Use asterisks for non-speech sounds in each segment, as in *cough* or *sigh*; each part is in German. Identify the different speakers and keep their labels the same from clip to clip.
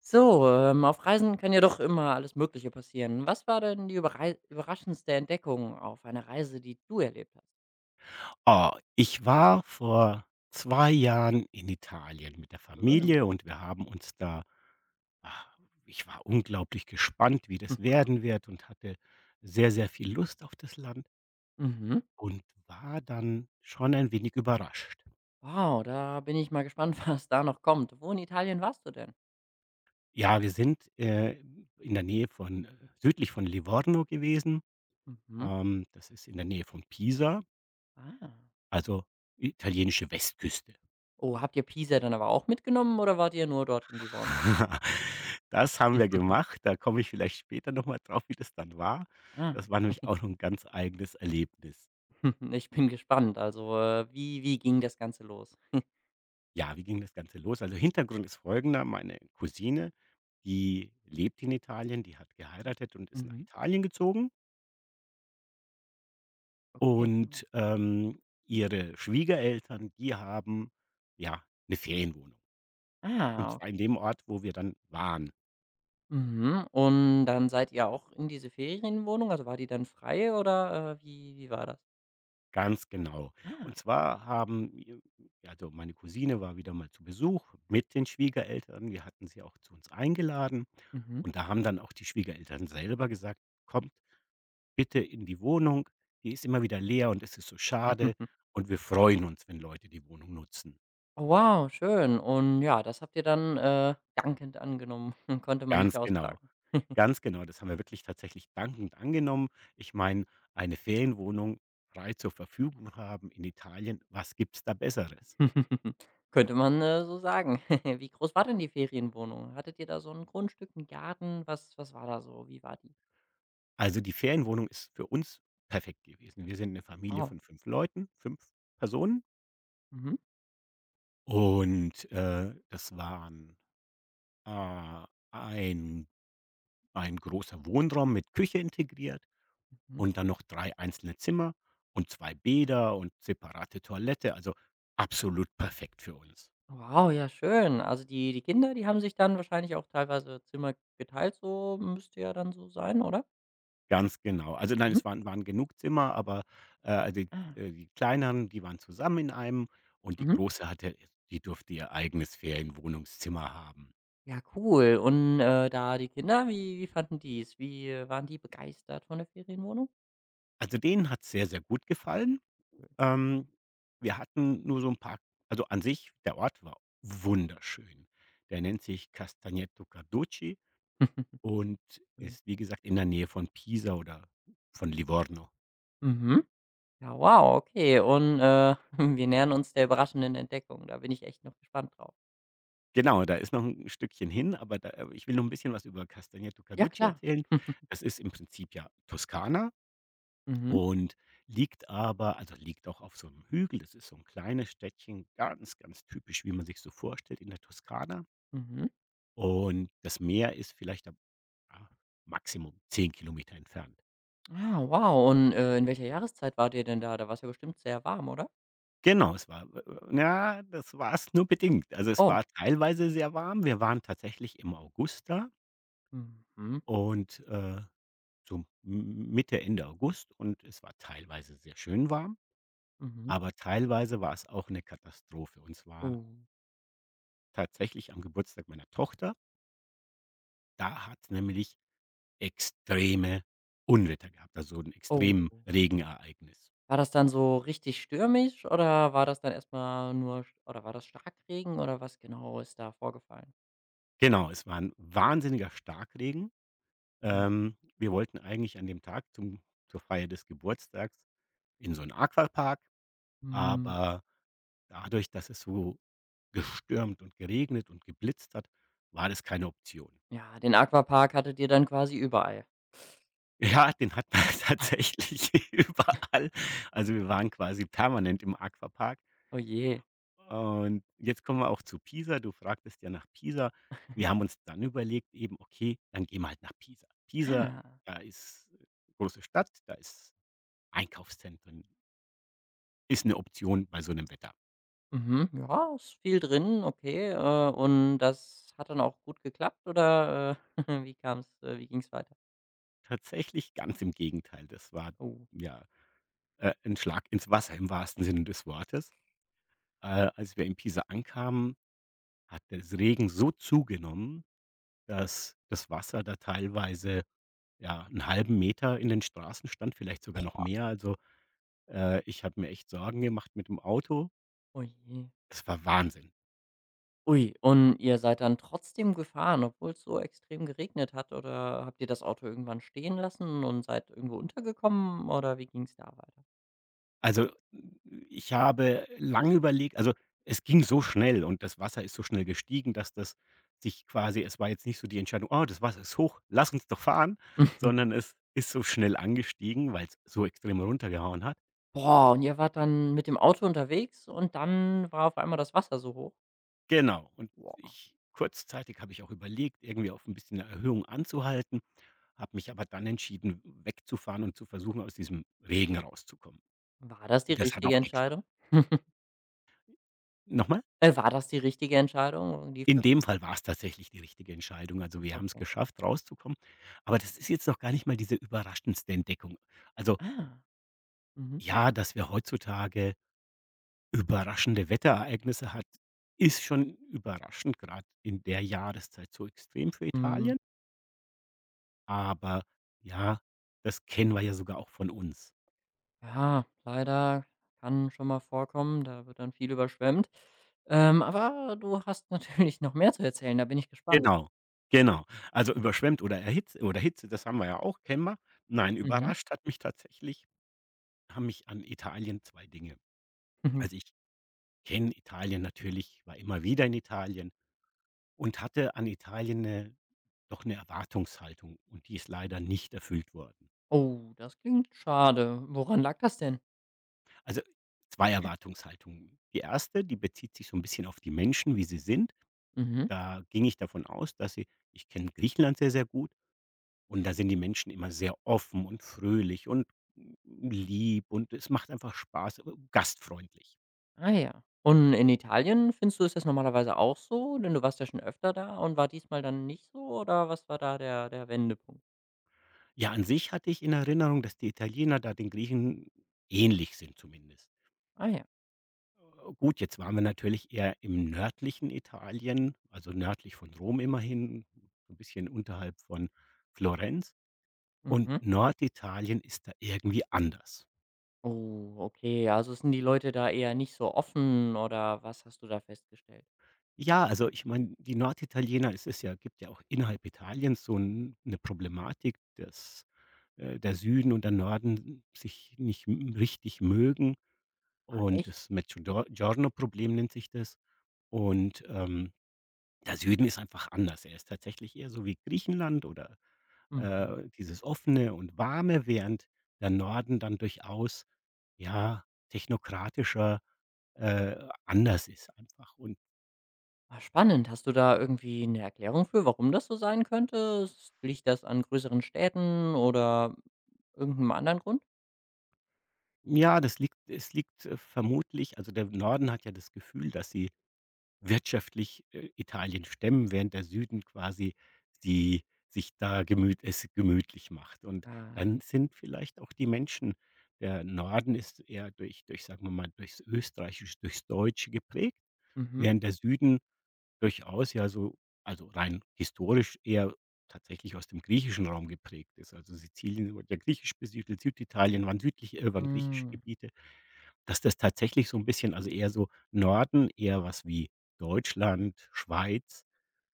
Speaker 1: So, auf Reisen kann ja doch immer alles Mögliche passieren. Was war denn die überrei überraschendste Entdeckung auf einer Reise, die du erlebt hast?
Speaker 2: Oh, ich war vor 2 Jahren in Italien mit der
Speaker 1: Schön.
Speaker 2: Familie und wir haben uns da ah, ich war unglaublich gespannt, wie das
Speaker 1: *laughs*
Speaker 2: werden wird und hatte sehr, sehr viel Lust auf das Land
Speaker 1: Mhm.
Speaker 2: und war dann schon ein wenig überrascht.
Speaker 1: Wow, da bin ich mal gespannt, *laughs* was da noch kommt. Wo in Italien warst du denn?
Speaker 2: Ja, wir sind, in der Nähe von südlich von Livorno gewesen.
Speaker 1: Mhm.
Speaker 2: Das ist in der Nähe von Pisa,
Speaker 1: Ah.
Speaker 2: also italienische Westküste.
Speaker 1: Oh, habt ihr Pisa dann aber auch mitgenommen oder wart ihr nur dort in Livorno?
Speaker 2: *laughs* Das haben wir
Speaker 1: *laughs* Mhm.
Speaker 2: gemacht. Da komme ich vielleicht später noch mal drauf, wie das dann war.
Speaker 1: Ah.
Speaker 2: Das war nämlich auch noch ein ganz eigenes Erlebnis.
Speaker 1: *laughs* Ich bin gespannt. Also, wie ging das Ganze los? *laughs*
Speaker 2: Ja, wie ging das Ganze los? Also, Hintergrund ist folgender: Meine Cousine, die lebt in Italien, die hat geheiratet und ist nach
Speaker 1: Mhm.
Speaker 2: Italien gezogen
Speaker 1: Okay. Wow.
Speaker 2: und, ihre Schwiegereltern, die haben, ja, eine Ferienwohnung und
Speaker 1: Ah.
Speaker 2: zwar in dem Ort, wo wir dann waren.
Speaker 1: Mhm. Und dann seid ihr auch in diese Ferienwohnung? Also, war die dann frei oder, wie war das?
Speaker 2: Ganz genau.
Speaker 1: Ah.
Speaker 2: Und zwar haben i also, meine Cousine war wieder mal zu Besuch mit den Schwiegereltern. Wir hatten sie auch zu uns eingeladen
Speaker 1: Mhm.
Speaker 2: und da haben dann auch die Schwiegereltern selber gesagt: „Kommt bitte in die Wohnung, die ist immer wieder leer und es ist so schade
Speaker 1: *laughs*
Speaker 2: und wir freuen uns, wenn Leute die Wohnung nutzen.“
Speaker 1: Oh wow, schön. Und ja, das habt ihr dann, dankend angenommen. *laughs* Konnte man nicht
Speaker 2: Ganz genau,
Speaker 1: ausschlagen.
Speaker 2: ganz genau. Das haben wir wirklich tatsächlich dankend angenommen. Ich meine, eine Ferienwohnung frei zur Verfügung haben in Italien, was gibt's da Besseres?
Speaker 1: *laughs* Könnte man, so sagen. *laughs* Wie groß war denn die Ferienwohnung? Hattet ihr da so ein Grundstück, einen Garten? Was war da so? Wie war die?
Speaker 2: Also, die Ferienwohnung ist für uns perfekt gewesen. Wir sind eine Familie
Speaker 1: Wow.
Speaker 2: von 5 Leuten, 5 Personen
Speaker 1: Mhm.
Speaker 2: und, das waren, äh, ein ein großer Wohnraum mit Küche integriert
Speaker 1: Mhm.
Speaker 2: und dann noch 3 einzelne Zimmer und 2 Bäder und separate Toilette, also, absolut perfekt für uns.
Speaker 1: Wow, ja schön. Also, die Kinder, die haben sich dann wahrscheinlich auch teilweise Zimmer geteilt, so müsste ja dann so sein, oder?
Speaker 2: Ganz genau. Also, nein,
Speaker 1: Mhm.
Speaker 2: es waren genug Zimmer, aber, äh, die
Speaker 1: Ah,
Speaker 2: die kleineren, die waren zusammen in einem und die
Speaker 1: mhm.
Speaker 2: große hatte die durfte ihr eigenes Ferienwohnungszimmer haben.
Speaker 1: Ja, cool. Und, da die Kinder, wie fanden die es? Wie, waren die begeistert von der Ferienwohnung?
Speaker 2: Also, denen hat's sehr, sehr gut gefallen.
Speaker 1: Schön.
Speaker 2: Ähm, wir hatten nur so ein paar also, an sich, der Ort war wunderschön. Der nennt sich Castagneto Carducci
Speaker 1: *laughs*
Speaker 2: und
Speaker 1: Schön.
Speaker 2: ist, wie gesagt, in der Nähe von Pisa oder von Livorno.
Speaker 1: Mhm. Ja, wow, okay. Und, *laughs* wir nähern uns der überraschenden Entdeckung. Da bin ich echt noch gespannt drauf.
Speaker 2: Genau, da ist noch ein Stückchen hin, aber da ich will noch ein bisschen was über Castagneto
Speaker 1: Ja,
Speaker 2: Carducci
Speaker 1: klar.
Speaker 2: erzählen.
Speaker 1: *laughs*
Speaker 2: Das ist im Prinzip ja Toskana
Speaker 1: Mhm.
Speaker 2: und liegt aber also, liegt auch auf so einem Hügel. Das ist so ein kleines Städtchen, ganz, ganz typisch, wie man sich so vorstellt in der Toskana.
Speaker 1: Mhm.
Speaker 2: Und das Meer ist vielleicht ab ah, Maximum 10 Kilometer entfernt.
Speaker 1: Ah, wow. Und, in welcher Jahreszeit wart ihr denn da? Da war es ja bestimmt sehr warm, oder?
Speaker 2: Genau, es war na, das war es nur bedingt. Also, es
Speaker 1: Oh.
Speaker 2: war teilweise sehr warm. Wir waren tatsächlich im August da
Speaker 1: Mhm.
Speaker 2: und, so M Mitte, Ende August und es war teilweise sehr schön warm,
Speaker 1: Mhm.
Speaker 2: aber teilweise war es auch eine Katastrophe. Und zwar
Speaker 1: Oh.
Speaker 2: tatsächlich am Geburtstag meiner Tochter. Da hat's nämlich extreme Unwetter gehabt, also ein
Speaker 1: Oh.
Speaker 2: extremen Regenereignis.
Speaker 1: War das dann so richtig stürmisch oder war das dann erstmal nur st oder war das Starkregen oder was genau ist da vorgefallen?
Speaker 2: Genau, es war ein wahnsinniger Starkregen.
Speaker 1: Mhm.
Speaker 2: Wir wollten eigentlich an dem Tag zum zur Feier des Geburtstags in so einen Aquapark,
Speaker 1: Hm,
Speaker 2: aber dadurch, dass es so gestürmt und geregnet und geblitzt hat, war das keine Option.
Speaker 1: ja, den Aquapark hattet ihr dann quasi überall.
Speaker 2: *laughs* Ja, den hat man *laughs* tatsächlich *laughs* überall. Also, wir waren quasi permanent im Aquapark.
Speaker 1: Oh je.
Speaker 2: Und jetzt kommen wir auch zu Pisa. Du fragtest ja nach Pisa. Wir haben uns dann überlegt eben, okay, dann gehen wir halt nach Pisa.
Speaker 1: Ah.
Speaker 2: Pisa,
Speaker 1: Ja.
Speaker 2: da ist große Stadt, da ist Einkaufszentren, ist eine Option bei so einem Wetter.
Speaker 1: Mhm. Ja, ist viel drin, okay. Und das hat dann auch gut geklappt oder, *laughs* wie ging's weiter?
Speaker 2: Tatsächlich ganz im Gegenteil. Das war,
Speaker 1: Oh,
Speaker 2: ja, 'n Schlag ins Wasser im wahrsten Sinne des Wortes. Als wir in Pisa ankamen, hat der Regen so zugenommen, dass das Wasser da teilweise, ja, einen halben Meter in den Straßen stand, vielleicht sogar noch mehr. Also ich habe mir echt Sorgen gemacht mit dem Auto.
Speaker 1: oh je.
Speaker 2: Es war Wahnsinn.
Speaker 1: Ui, und ihr seid dann trotzdem gefahren, obwohl es so extrem geregnet hat, oder habt ihr das Auto irgendwann stehen lassen und seid irgendwo untergekommen oder wie ging's da weiter?
Speaker 2: Also, ich habe lange überlegt also, es ging so schnell und das Wasser ist so schnell gestiegen, dass das sich quasi es war jetzt nicht so die Entscheidung: „Oh, das Wasser ist hoch, lass uns doch fahren“,
Speaker 1: *laughs*
Speaker 2: sondern es ist so schnell angestiegen, weil es so extrem runtergehauen hat.
Speaker 1: Boah, und ihr wart dann mit dem Auto unterwegs und dann war auf einmal das Wasser so hoch?
Speaker 2: Genau. Und
Speaker 1: Boah,
Speaker 2: ich kurzzeitig habe ich auch überlegt, irgendwie auf ein bisschen 'ne Erhöhung anzuhalten, habe mich aber dann entschieden, wegzufahren und zu versuchen, aus diesem Regen rauszukommen.
Speaker 1: war das die
Speaker 2: Und das hat
Speaker 1: richtige
Speaker 2: auch geklappt.
Speaker 1: Entscheidung? *laughs*
Speaker 2: Nochmal.
Speaker 1: War das die richtige Entscheidung? Lief
Speaker 2: In
Speaker 1: das?
Speaker 2: dem Fall war es tatsächlich die richtige Entscheidung. Also, wir haben es
Speaker 1: Okay.
Speaker 2: geschafft, rauszukommen. Aber das ist jetzt noch gar nicht mal diese überraschendste Entdeckung. Also,
Speaker 1: Ah, mhm.
Speaker 2: ja, dass wir heutzutage überraschende Wetterereignisse hat, ist schon überraschend, gerade in der Jahreszeit so extrem für
Speaker 1: Mhm.
Speaker 2: Italien. Aber ja, das kennen wir ja sogar auch von uns.
Speaker 1: Ja, leider kann schon mal vorkommen, da wird dann viel überschwemmt. Aber du hast *laughs* natürlich noch mehr zu erzählen, da bin ich gespannt.
Speaker 2: Genau, genau. Also, überschwemmt oder erhitzt oder Hitze, das haben wir ja auch, kennen wir. Nein,
Speaker 1: Mhm.
Speaker 2: überrascht hat mich tatsächlich haben mich an Italien 2 Dinge.
Speaker 1: Mhm.
Speaker 2: Also, ich kenne Italien natürlich, war immer wieder in Italien und hatte an Italien 'ne doch 'ne Erwartungshaltung und die ist leider nicht erfüllt worden.
Speaker 1: Oh, das klingt schade. Woran lag das denn?
Speaker 2: Also, 2 Erwartungshaltungen. Die erste die bezieht sich so 'n bisschen auf die Menschen, wie sie sind.
Speaker 1: Mhm.
Speaker 2: Da ging ich davon aus, dass sie ich kenne Griechenland sehr, sehr gut und da sind die Menschen immer sehr offen und fröhlich und lieb und es macht einfach Spaß, gastfreundlich.
Speaker 1: Ah ja. Und in Italien findest du, ist das normalerweise auch so? Denn du warst ja schon öfter da und war diesmal dann nicht so oder was war da der Wendepunkt?
Speaker 2: Ja, an sich hatte ich in Erinnerung, dass die Italiener da den Griechen ähnlich sind zumindest.
Speaker 1: Ah ja.
Speaker 2: Gut, jetzt waren wir natürlich eher im nördlichen Italien, also nördlich von Rom immerhin, so ein bisschen unterhalb von Florenz. Und
Speaker 1: Mhm.
Speaker 2: Norditalien ist da irgendwie anders.
Speaker 1: Oh, okay. Also sind die Leute da eher nicht so offen oder was hast du da festgestellt?
Speaker 2: Ja, also ich meine, die Norditaliener es ist ja gibt ja auch innerhalb Italiens so 'n 'ne Problematik, dass, der Süden und der Norden sich nicht m richtig mögen und
Speaker 1: Echt?
Speaker 2: das Mezzogior problem nennt sich das. Und, der Süden ist einfach anders. Er ist tatsächlich eher so wie Griechenland oder
Speaker 1: Mhm.
Speaker 2: dieses Offene und Warme, während der Norden dann durchaus, ja, technokratischer, äh, anders ist einfach. Und
Speaker 1: Ah, spannend. Hast du da irgendwie eine Erklärung für, warum das so sein könnte? S Liegt das an größeren Städten oder irgendeinem anderen Grund?
Speaker 2: ja, das liegt es liegt, vermutlich also, der Norden hat ja das Gefühl, dass sie wirtschaftlich, Italien stemmen, während der Süden quasi die sich da gemüt es gemütlich macht. Und
Speaker 1: Ah,
Speaker 2: dann sind vielleicht auch die Menschen der Norden ist eher durch, sagen wir mal, durchs Österreichische, durchs Deutsche geprägt,
Speaker 1: mhm.
Speaker 2: während der Süden durchaus, ja, so also rein historisch eher tatsächlich aus dem griechischen Raum geprägt ist. Also Sizilien wurde ja griechisch besiedelt, Süditalien waren südlich waren griechische
Speaker 1: Hm.
Speaker 2: Gebiete, dass das tatsächlich so ein bisschen also eher so Norden eher was wie Deutschland, Schweiz,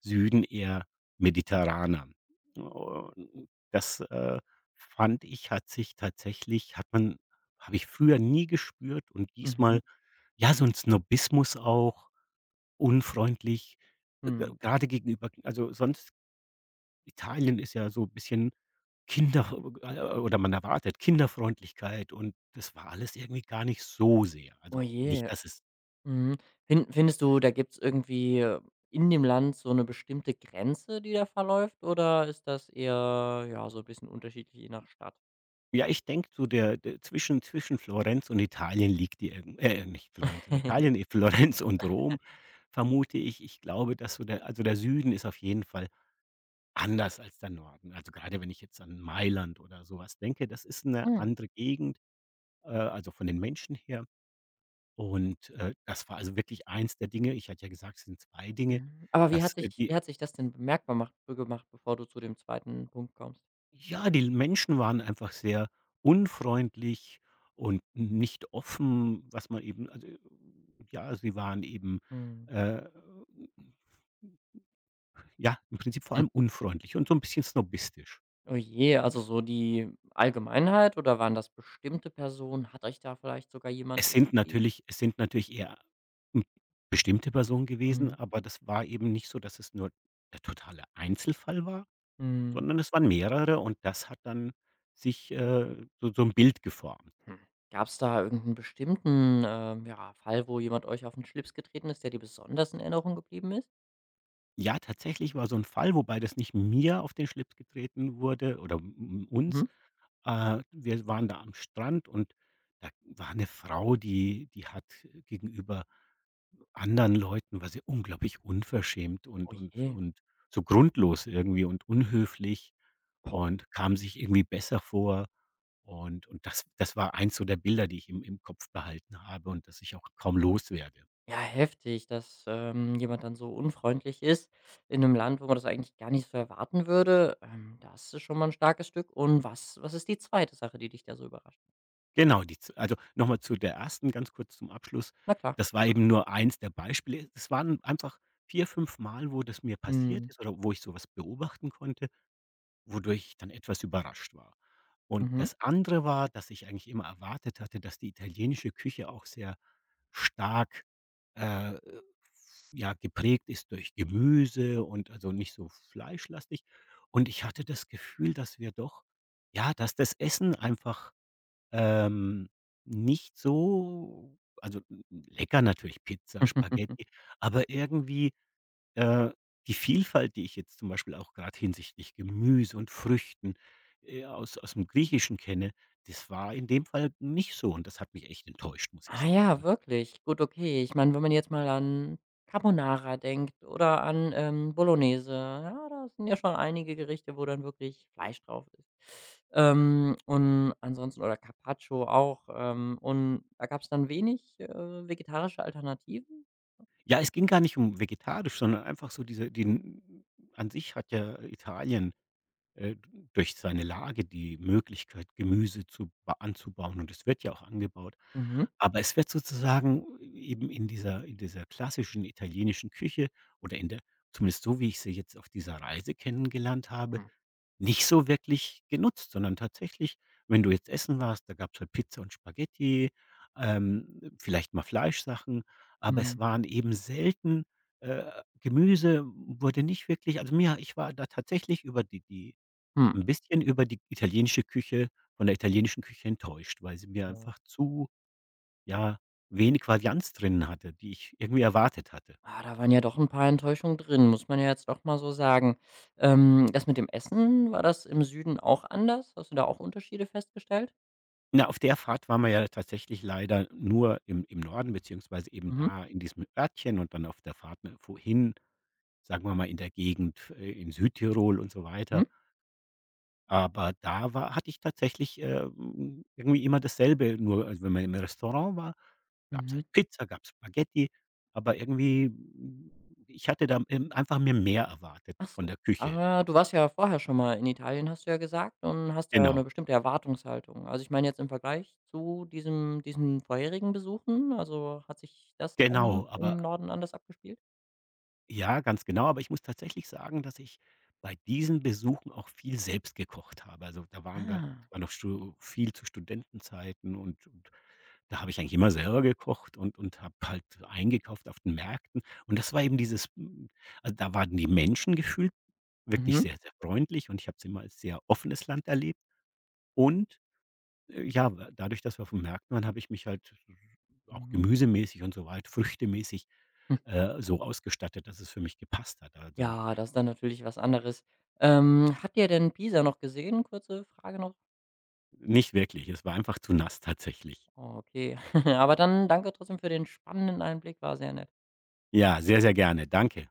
Speaker 2: Süden eher mediterraner. Und das, fand ich, hat sich tatsächlich hat man habe ich früher nie gespürt und
Speaker 1: Mhm.
Speaker 2: diesmal ja, so ein Snobismus auch unfreundlich, g
Speaker 1: Mhm.
Speaker 2: grade gegenüber also, sonst Italien ist ja so ein bisschen Kinder oder man erwartet Kinderfreundlichkeit und das war alles irgendwie gar nicht so sehr. Also,
Speaker 1: Oh je.
Speaker 2: nicht, dass es
Speaker 1: Mhm. Findest du, da gibt's irgendwie, in dem Land so eine bestimmte Grenze, die da verläuft, oder ist das eher, ja, so ein bisschen unterschiedlich je nach Stadt?
Speaker 2: ja, ich denke so der zwischen Florenz und Italien liegt die irgend nicht Florenz und Italien, *laughs*
Speaker 1: *laughs*
Speaker 2: Florenz und Rom vermute ich. Ich glaube, dass so der also, der Süden ist auf jeden Fall anders als der Norden. Also, gerade wenn ich jetzt an Mailand oder sowas denke, das ist eine
Speaker 1: Hm.
Speaker 2: andere Gegend, also, von den Menschen her. Und, das war also wirklich eins der Dinge ich hatte ja gesagt, es sind zwei Dinge,
Speaker 1: Mhm. Aber
Speaker 2: dass,
Speaker 1: wie
Speaker 2: die
Speaker 1: hat sich das denn bemerkbar macht gemacht, bevor du zu dem zweiten Punkt kommst?
Speaker 2: ja, die Menschen waren einfach sehr unfreundlich und nicht offen, was man eben also, ja, sie waren eben,
Speaker 1: Mhm.
Speaker 2: äh, ja, im Prinzip vor allem unfreundlich und so ein bisschen snobistisch.
Speaker 1: Oh je, also so die Allgemeinheit oder waren das bestimmte Personen? Hat euch da vielleicht sogar jemand irgendwie
Speaker 2: Es sind natürlich eher, hm, bestimmte Personen gewesen,
Speaker 1: mhm,
Speaker 2: aber das war eben nicht so, dass es nur der totale Einzelfall war,
Speaker 1: mhm,
Speaker 2: sondern es waren mehrere und das hat dann sich, so so ein Bild geformt.
Speaker 1: hm. Gab's da irgendeinen bestimmten, ja, Fall, wo jemand euch auf den Schlips getreten ist, der dir besonders in Erinnerung geblieben ist?
Speaker 2: Ja, tatsächlich war so ein Fall, wobei das nicht mir auf den Schlips getreten wurde oder m uns.
Speaker 1: Mhm.
Speaker 2: Wir waren da am Strand und da war eine Frau, die hat gegenüber anderen Leuten war sie unglaublich unverschämt
Speaker 1: Oh
Speaker 2: und und
Speaker 1: je.
Speaker 2: und so grundlos irgendwie und unhöflich
Speaker 1: Boah.
Speaker 2: und kam sich irgendwie besser vor. Und das war eins so der Bilder, die ich im Kopf behalten habe und das ich auch kaum loswerde.
Speaker 1: Ja, heftig, dass, jemand dann so unfreundlich ist in einem Land, wo man das eigentlich gar nicht so erwarten würde. Das ist schon mal ein starkes Stück. Und was ist die zweite Sache, die dich da so überrascht hat?
Speaker 2: Genau, die z also, nochmal zu der ersten, ganz kurz zum Abschluss.
Speaker 1: Na klar.
Speaker 2: Das war eben nur eins der Beispiele. Es waren einfach 4, 5 Mal, wo das mir passiert
Speaker 1: Mhm.
Speaker 2: ist oder wo ich sowas beobachten konnte. Wodurch ich dann etwas überrascht war. Und
Speaker 1: Mhm.
Speaker 2: das andere war, dass ich eigentlich immer erwartet hatte, dass die italienische Küche auch sehr stark, äh, ja, geprägt ist durch Gemüse und also nicht so fleischlastig. Und ich hatte das Gefühl, dass wir doch ja, dass das Essen einfach, ähm, nicht so also, lecker natürlich, Pizza, Spaghetti,
Speaker 1: *laughs*
Speaker 2: aber irgendwie äh, die Vielfalt, die ich jetzt zum Beispiel auch gerade hinsichtlich Gemüse und Früchten, aus dem Griechischen kenne, das war in dem Fall nicht so und das hat mich echt enttäuscht, muss ich
Speaker 1: Ah
Speaker 2: sagen,
Speaker 1: ja,
Speaker 2: ne?
Speaker 1: wirklich. Gut, okay. Ich meine, wenn man jetzt mal an Carbonara denkt oder an, Bolognese, ja, da sind ja schon einige Gerichte, wo dann wirklich Fleisch drauf ist. Und ansonsten oder Carpaccio auch, und da gab es dann wenig, vegetarische Alternativen?
Speaker 2: Ja, es ging gar nicht um vegetarisch, sondern einfach so diese den an sich hat ja Italien äh, durch seine Lage die Möglichkeit, Gemüse zu ba anzubauen und es wird ja auch angebaut.
Speaker 1: Mhm.
Speaker 2: Aber es wird sozusagen eben in dieser klassischen italienischen Küche oder in der zumindest so, wie ich sie jetzt auf dieser Reise kennengelernt habe,
Speaker 1: Hm.
Speaker 2: nicht so wirklich genutzt, sondern tatsächlich, wenn du jetzt essen warst, da gab es halt Pizza und Spaghetti, vielleicht mal Fleischsachen, aber
Speaker 1: Mhm.
Speaker 2: es waren eben selten äh, Gemüse wurde nicht wirklich also mir ich war da tatsächlich über die
Speaker 1: Hm.
Speaker 2: ein bisschen über die italienische Küche von der italienischen Küche enttäuscht, weil sie mir
Speaker 1: Ja.
Speaker 2: einfach zu, ja, wenig Varianz drin hatte, die ich irgendwie erwartet hatte.
Speaker 1: Ah, da waren ja doch ein paar Enttäuschungen drin, muss man ja jetzt doch mal so sagen. Das mit dem Essen, war das im Süden auch anders? Hast du da auch Unterschiede festgestellt?
Speaker 2: Na, auf der Fahrt waren wir ja tatsächlich leider nur im Norden beziehungsweise eben
Speaker 1: Mhm.
Speaker 2: da in diesem Örtchen und dann auf der Fahrt, ne, wohin, sagen wir mal, in der Gegend, in Südtirol und so
Speaker 1: Mhm.
Speaker 2: weiter. Aber da war hatte ich tatsächlich, irgendwie immer dasselbe, nur also wenn man im Restaurant war, gab's
Speaker 1: Mhm.
Speaker 2: halt Pizza, gab's Spaghetti, aber irgendwie, ich hatte da, einfach mir mehr erwartet
Speaker 1: Ach
Speaker 2: von
Speaker 1: so.
Speaker 2: der Küche.
Speaker 1: Aber du warst ja vorher schon mal in Italien, hast du ja gesagt, und hast da
Speaker 2: Genau,
Speaker 1: eine bestimmte Erwartungshaltung. Also, ich meine jetzt im Vergleich zu diesem diesen vorherigen Besuchen, also, hat sich das dann
Speaker 2: genau,
Speaker 1: im
Speaker 2: aber
Speaker 1: Norden anders abgespielt?
Speaker 2: ja, ganz genau, aber ich muss tatsächlich sagen, dass ich bei diesen Besuchen auch viel selbst gekocht habe. Also, da waren wir
Speaker 1: Ah.
Speaker 2: war noch stu viel zu Studentenzeiten und da habe ich eigentlich immer selber gekocht und habe halt eingekauft auf den Märkten. Und das war eben dieses also, da waren die Menschen gefühlt wirklich
Speaker 1: Mhm.
Speaker 2: sehr, sehr freundlich und ich habe es immer als sehr offenes Land erlebt. Und, ja, w dadurch, dass wir auf den Märkten waren, habe ich mich halt auch
Speaker 1: Mhm.
Speaker 2: gemüsemäßig und so weit früchtemäßig,
Speaker 1: Hm.
Speaker 2: so ausgestattet, dass es für mich gepasst hat. Also,
Speaker 1: Ja, das ist dann natürlich was anderes. Habt ihr denn Pisa noch gesehen? Kurze Frage noch.
Speaker 2: nicht wirklich, es war einfach zu nass tatsächlich.
Speaker 1: Oh, okay. *laughs* Aber dann danke trotzdem für den spannenden Einblick, war sehr nett.
Speaker 2: Ja, sehr, sehr gerne. Danke.